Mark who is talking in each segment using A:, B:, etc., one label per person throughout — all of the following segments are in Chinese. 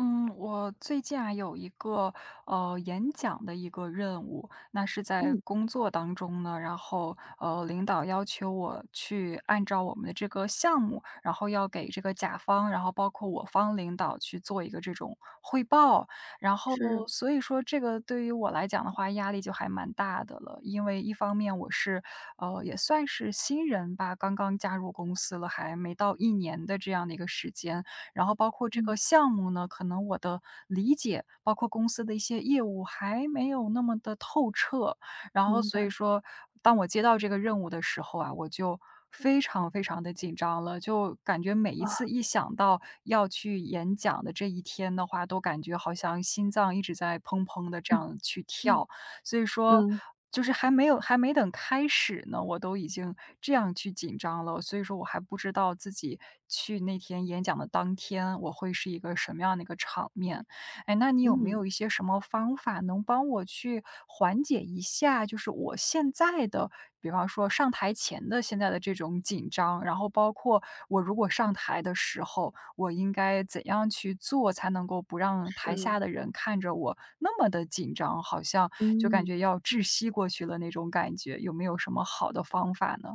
A: 嗯，我最近啊有一个演讲的一个任务，那是在
B: 嗯，
A: 工作当中呢，然后领导要求我去按照我们的这个项目，然后要给这个甲方，然后包括我方领导去做一个这种汇报，然后
B: 是，
A: 所以说这个对于我来讲的话，压力就还蛮大的了，因为一方面我是也算是新人吧，刚刚加入公司了，还没到一年的这样的一个时间。然后包括这个
B: 嗯，
A: 项目呢，可能我的理解，包括公司的一些业务还没有那么的透彻。然后
B: 明
A: 所
B: 白，
A: 以说，当我接到这个任务的时候啊，我就非常非常的紧张了，就感觉每一
B: 啊，
A: 次一想到要去演讲的这一天的话，都感觉好像心脏一直在砰砰的这
B: 嗯，
A: 样去
B: 嗯，
A: 跳。所以说
B: 嗯，
A: 就是还没等开始呢，我都已经这样去紧张了，所以说我还不知道自己去那天演讲的当天，我会是一个什么样的一个场面。哎，那你有没
B: 嗯，
A: 有一些什么方法能帮我去缓解一下，就是我现在的，比方说上台前的现在的这种紧张，然后包括我如果上台的时候，我应该怎样去做才能够不让台
B: 是，
A: 下的人看着我那么的紧张，好像就感觉
B: 嗯。
A: 要窒息过去了那种感觉，有没有什么好的方法呢？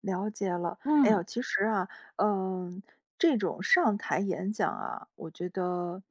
B: 了解了，哎呦，
A: 嗯，
B: 其实啊，嗯，这种上台演讲啊，我觉得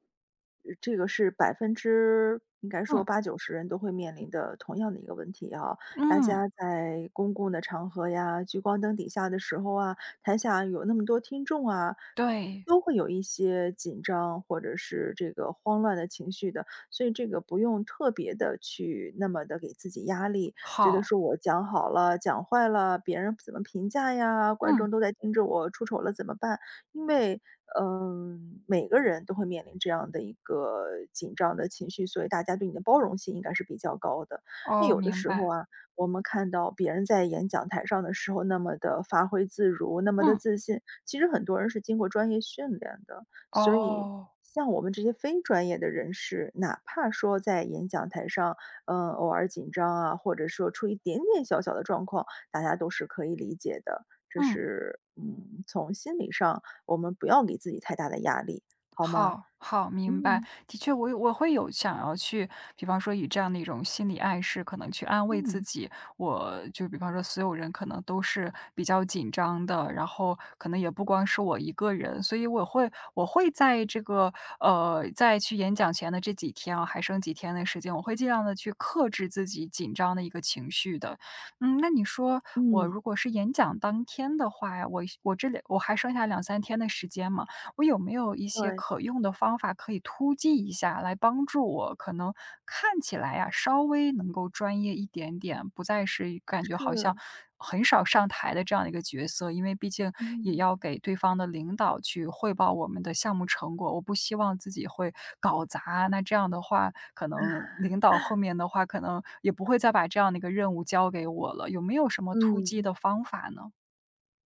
B: 这个是百分之应该说
A: 嗯，
B: 八九十人都会面临的同样的一个问题啊。大
A: 嗯，
B: 家在公共的场合呀，聚光灯底下的时候啊，台下有那么多听众啊，
A: 对，
B: 都会有一些紧张或者是这个慌乱的情绪的，所以这个不用特别的去那么的给自己压力，觉得
A: 好，
B: 说我讲好了、讲坏了，别人怎么评价呀？观
A: 嗯，
B: 众都在盯着我，出丑了怎么办？因为，每个人都会面临这样的一个紧张的情绪，所以大家对你的包容性应该是比较高的。那
A: 哦，
B: 有的
A: 明
B: 时候
A: 白，
B: 啊，我们看到别人在演讲台上的时候那么的发挥自如，那么的
A: 嗯，
B: 自信，其实很多人是经过专业训练的，所以。
A: 哦，
B: 像我们这些非专业的人士，哪怕说在演讲台上偶尔紧张啊，或者说出一点点小小的状况，大家都是可以理解的。这
A: 嗯。
B: 是，从心理上我们不要给自己太大的压力，好吗？
A: 好，好，明白。
B: 嗯，
A: 的确我会有想要去，比方说以这样的一种心理暗示，可能去安慰自
B: 嗯，
A: 己。我就比方说所有人可能都是比较紧张的，然后可能也不光是我一个人，所以我会在这个，在去演讲前的这几天啊，还剩几天的时间，我会尽量的去克制自己紧张的一个情绪的。嗯，那你说我
B: 嗯，
A: 如果是演讲当天的话呀，我这里我还剩下两三天的时间嘛，我有没有一些
B: 对，
A: 可用的方法可以突击一下，来帮助我可能看起来呀，稍微能够专业一点点，不再是感觉好像
B: 是，
A: 很少上台的这样的一个角色。因为毕竟也
B: 嗯，
A: 要给对方的领导去汇报我们的项目成果，我不希望自己会搞砸啊。那这样的话，可能领导后面的话，可能也不会再把这样的一个任务交给我了。有没有什么突击
B: 嗯。
A: 的方法呢？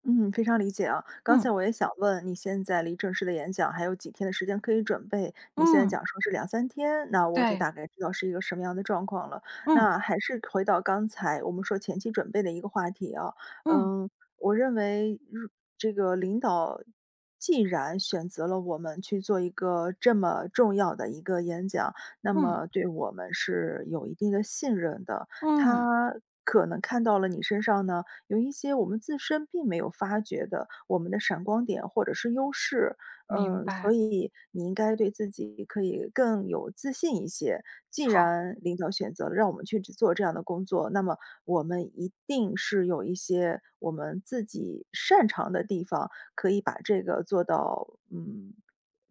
B: 嗯，非常理解啊。刚才
A: 嗯
B: 我也想问，你现在离正式的演讲还有几天的时间可以准备？你现在
A: 嗯，
B: 讲说是两三天，那我就
A: 对，
B: 大概知道是一个什么样的状况了。
A: 嗯
B: 那还是回到刚才我们说前期准备的一个话题啊，
A: 嗯
B: 嗯，我认为这个领导既然选择了我们去做一个这么重要的一个演讲，那
A: 嗯
B: 么对我们是有一定的信任的。
A: 嗯。
B: 他可能看到了你身上呢，有一些我们自身并没有发觉的我们的闪光点或者是优势。
A: 明
B: 嗯，所
A: 白，
B: 以你应该对自己可以更有自信一些。既
A: 好，
B: 然领导选择了让我们去只做这样的工作，那么我们一定是有一些我们自己擅长的地方，可以把这个做到，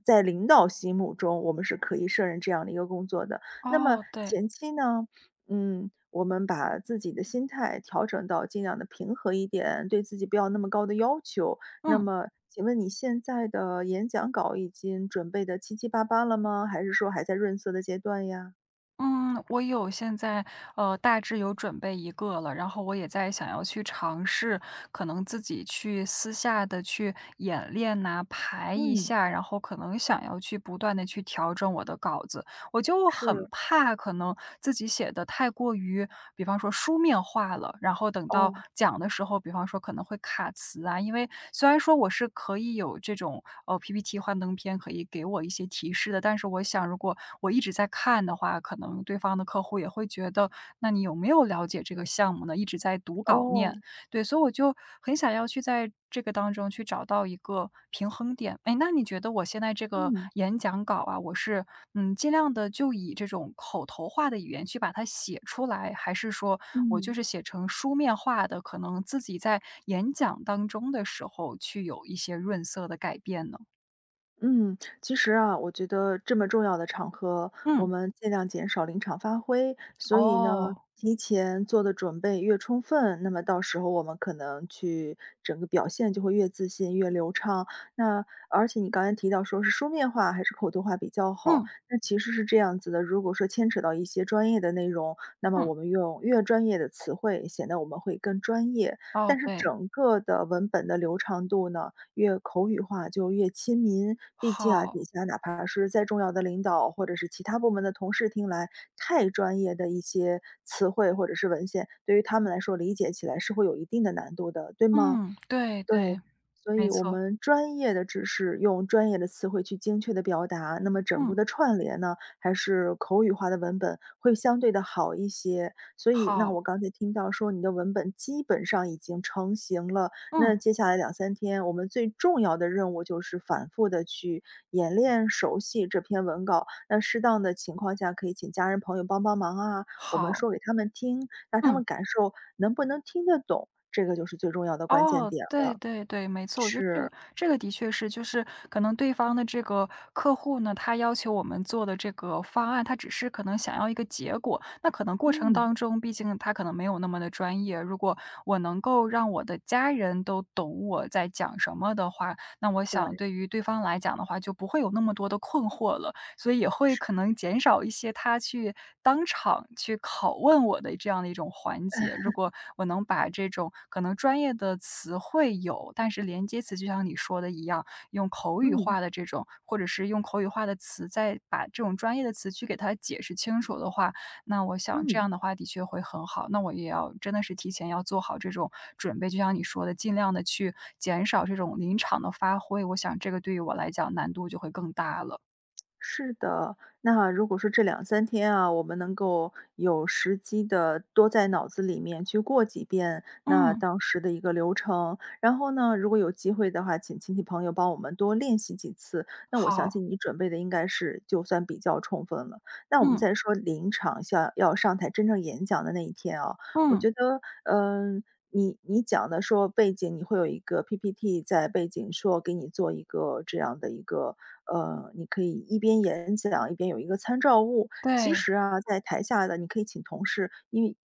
B: 在领导心目中，我们是可以胜任这样的一个工作的。那么
A: 哦，对，
B: 前期呢，我们把自己的心态调整到尽量的平和一点，对自己不要那么高的要求。那
A: 嗯
B: 么，请问你现在的演讲稿已经准备的七七八八了吗？还是说还在润色的阶段呀？
A: 嗯，我有现在大致有准备一个了，然后我也在想要去尝试，可能自己去私下的去演练呐、排一
B: 嗯，
A: 下，然后可能想要去不断的去调整我的稿子。我就很
B: 是，
A: 怕可能自己写的太过于，比方说书面化了，然后等到
B: 哦，
A: 讲的时候，比方说可能会卡词啊。因为虽然说我是可以有这种PPT 幻灯片可以给我一些提示的，但是我想如果我一直在看的话，可能对方的客户也会觉得，那你有没有了解这个项目呢？一直在读稿念，
B: 哦，
A: 对，所以我就很想要去在这个当中去找到一个平衡点。哎，那你觉得我现在这个
B: 嗯，
A: 演讲稿啊，我是尽量的就以这种口头化的语言去把它写出来，还是说我就
B: 嗯。
A: 是写成书面化的，可能自己在演讲当中的时候去有一些润色的改变呢？
B: 嗯，其实啊，我觉得这么重要的场合，我
A: 嗯，
B: 们尽量减少临场发挥。所以呢，
A: 哦，
B: 提前做的准备越充分，那么到时候我们可能去整个表现就会越自信、越流畅。那而且你刚才提到说是书面化还是口头化比较好，
A: 嗯，
B: 那其实是这样子的。如果说牵扯到一些专业的内容，那么
A: 嗯，
B: 我们用越专业的词汇，显得我们会更专业。
A: 哦，
B: 但是
A: 对，
B: 整个的文本的流畅度呢？越口语化就越亲民。毕竟啊，底
A: 好，
B: 下哪怕是再重要的领导或者是其他部门的同事听来，太专业的一些词汇或者是文献，对于他们来说理解起来是会有一定的难度的，对吗？
A: 嗯，对
B: 对，
A: 对，
B: 所
A: 没
B: 以我
A: 错，
B: 们专业的知识用专业的词汇去精确的表达，那么整个
A: 嗯，
B: 的串联呢，还是口语化的文本会相对的好一些。所以那我
A: 好，
B: 刚才听到说你的文本基本上已经成型了，那
A: 嗯，
B: 接下来两三天，我们最重要的任务就是反复的去演练、熟悉这篇文稿。那适当的情况下可以请家人朋友帮帮忙啊，我们
A: 好，
B: 说给他们听，让他
A: 嗯。
B: 们感受能不能听得懂，这个就是最重要的关键
A: 哦，
B: 点
A: 对
B: 了。
A: 对对，没错，我觉得这个
B: 是，
A: 这个的确是，就是可能对方的这个客户呢，他要求我们做的这个方案，他只是可能想要一个结果，那可能过程
B: 嗯，
A: 当中，毕竟他可能没有那么的专业。如果我能够让我的家人都懂我在讲什么的话，那我
B: 对，
A: 想对于对方来讲的话，就不会有那么多的困惑了。所以也会可能减少一些他去当场去拷问我的这样的一种环节。如果我能把这种可能专业的词汇有，但是连接词就像你说的一样，用口语
B: 嗯，
A: 化的这种，或者是用口语化的词，再把这种专业的词去给他解释清楚的话，那我想这
B: 嗯。
A: 样的话的确会很好。那我也要真的是提前要做好这种准备，就像你说的，尽量的去减少这种临场的发挥，我想这个对于我来讲难度就会更大了。
B: 是的，那如果说这两三天啊，我们能够有时机的多在脑子里面去过几遍那
A: 嗯。
B: 当时的一个流程，然后呢，如果有机会的话，请亲戚朋友帮我们多练习几次，那我相
A: 好，
B: 信你准备的应该是就算比较充分了。那我们
A: 嗯，
B: 再说临场像要上台真正演讲的那一天啊，我
A: 嗯，
B: 觉得，你讲的说背景你会有一个 PPT 在背景说给你做一个这样的一个你可以一边演讲一边有一个参照物。其
A: 对，
B: 实啊，在台下的你可以请同事，因为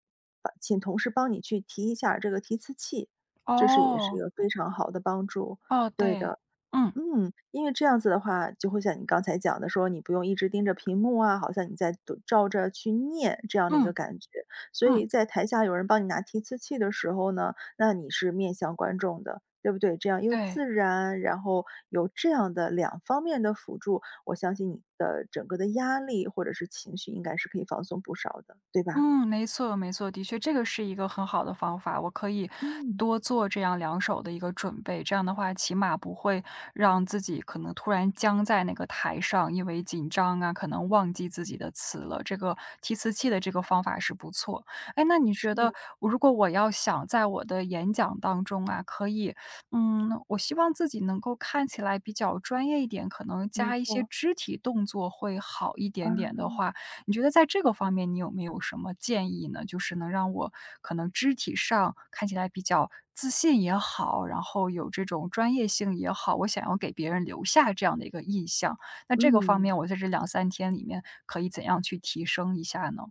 B: 把请同事帮你去提一下这个提词器，这是也是一
A: 哦，
B: 个非常好的帮助。
A: 哦，
B: 对
A: 对，
B: 的。
A: 嗯，
B: 嗯，因为这样子的话，就会像你刚才讲的说，你不用一直盯着屏幕啊，好像你在读照着去念这样的一个
A: 嗯，
B: 感觉。所
A: 嗯，
B: 以在台下有人帮你拿提词器的时候呢，那你是面向观众的，对不对？这样又
A: 对。
B: 自然，然后有这样的两方面的辅助，我相信你的整个的压力或者是情绪应该是可以放松不少的，对吧？
A: 嗯，没错没错，的确，这个是一个很好的方法，我可以
B: 嗯，
A: 多做这样两手的一个准备，这样的话起码不会让自己可能突然僵在那个台上，因为紧张啊，可能忘记自己的词了。这个提词器的这个方法是不错。哎，那你
B: 是，
A: 觉得如果我要想在我的演讲当中啊，可以，嗯，我希望自己能够看起来比较专业一点，可能
B: 没
A: 加一些
B: 错，
A: 肢体动作会好一
B: 啊，
A: 点点的话，你觉得在这个方面你有没有什么建议呢？就是能让我可能肢体上看起来比较自信也好，然后有这种专业性也好，我想要给别人留下这样的一个印象。那这个方
B: 嗯。
A: 面我在这两三天里面可以怎样去提升一下呢？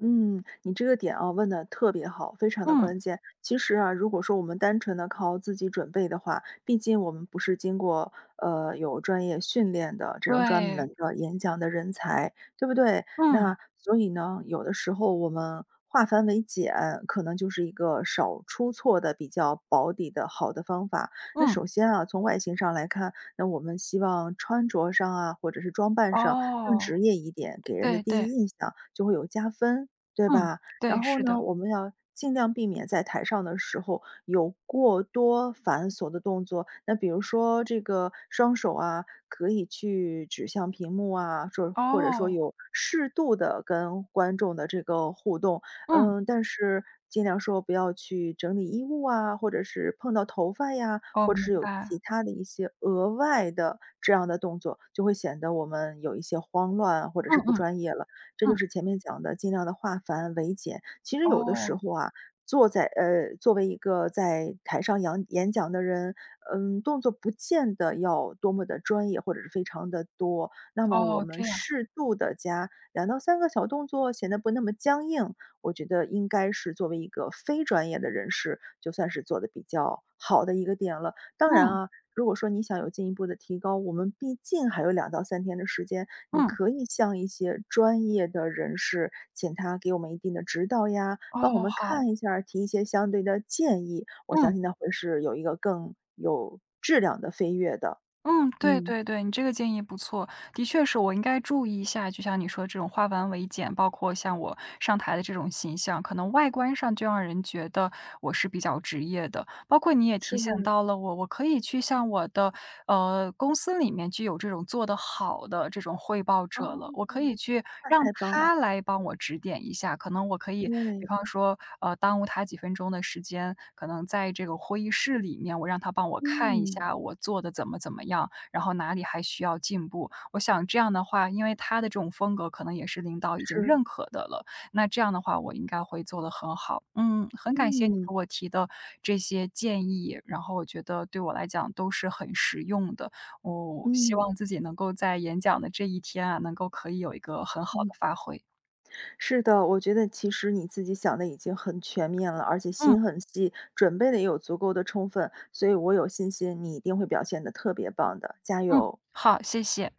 B: 嗯，你这个点啊问的特别好，非常的
A: 嗯，
B: 关键。其实啊，如果说我们单纯的靠自己准备的话，毕竟我们不是经过有专业训练的这种专
A: 对，
B: 门的演讲的人才，对不对？
A: 嗯，
B: 那所以呢，有的时候我们化繁为简，可能就是一个少出错的比较保底的好的方法。那
A: 嗯，
B: 首先啊，从外形上来看，那我们希望穿着上啊，或者是装扮上更
A: 哦，
B: 职业一点，给人的
A: 对
B: 第
A: 对，
B: 一印象就会有加分。对
A: 嗯，
B: 吧？然
A: 对，
B: 后
A: 是
B: 呢，
A: 的，
B: 我们要尽量避免在台上的时候有过多繁琐的动作。那比如说这个双手啊，可以去指向屏幕啊，说或者说
A: 哦，
B: 有适度的跟观众的这个互动。
A: 嗯，
B: 嗯，但是尽量说不要去整理衣物啊，或者是碰到头发呀，
A: 哦，
B: 或者
A: 明
B: 是有
A: 白，
B: 其他的一些额外的这样的动作，就会显得我们有一些慌乱或者
A: 嗯
B: 是不
A: 嗯
B: 专业了。这就
A: 嗯，
B: 是前面讲的尽量的化繁为简。其实有的时
A: 哦，
B: 候啊，作为一个在台上演讲的人，嗯，动作不见得要多么的专业或者是非常的多。那么我
A: 哦，
B: 们
A: 这样，
B: 适度的加两到三个小动作，显得不那么僵硬，我觉得应该是作为一个非专业的人士，就算是做的比较好的一个点了。当然
A: 嗯，
B: 啊，如果说你想有进一步的提高，我们毕竟还有两到三天的时间，你
A: 嗯，
B: 可以向一些专业的人士，请他给我们一定的指导呀，
A: 哦，
B: 帮我们
A: 好，
B: 看一下儿提一些相对的建议，我相
A: 嗯。
B: 信那会是有一个更有质量的飞跃的。
A: 嗯，对
B: 嗯，
A: 对对，你这个建议不错。的确是我应该注意一下，就像你说这种化繁为简，包括像我上台的这种形象，可能外观上就让人觉得我是比较职业的。包括你也
B: 是
A: 提
B: 不
A: 醒
B: 是，
A: 到了我，我可以去向我的公司里面具有这种做得好的这种汇报者了，
B: 哦，
A: 我可以去
B: 那
A: 让
B: 太棒了，
A: 他来帮我指点一下。可能我可以，比
B: 对，
A: 方说耽误他几分钟的时间，可能在这个会议室里面，我让他帮我看一下
B: 嗯，
A: 我做的怎么怎么样，然后哪里还需要进步。我想这样的话，因为他的这种风格可能也是领导已经
B: 是，
A: 认可的了，那这样的话我应该会做得很好。嗯，很感谢你
B: 嗯，
A: 给我提的这些建议，然后我觉得对我来讲都是很实用的。我希望
B: 嗯。
A: 自己能够在演讲的这一天啊，能够可以有一个很好的
B: 嗯。
A: 发挥。
B: 是的，我觉得其实你自己想的已经很全面了，而且
A: 嗯
B: 心很细，准备的也有足够的充分，所以我有信心你一定会表现的特别棒的，加
A: 嗯，
B: 油！
A: 好，谢谢。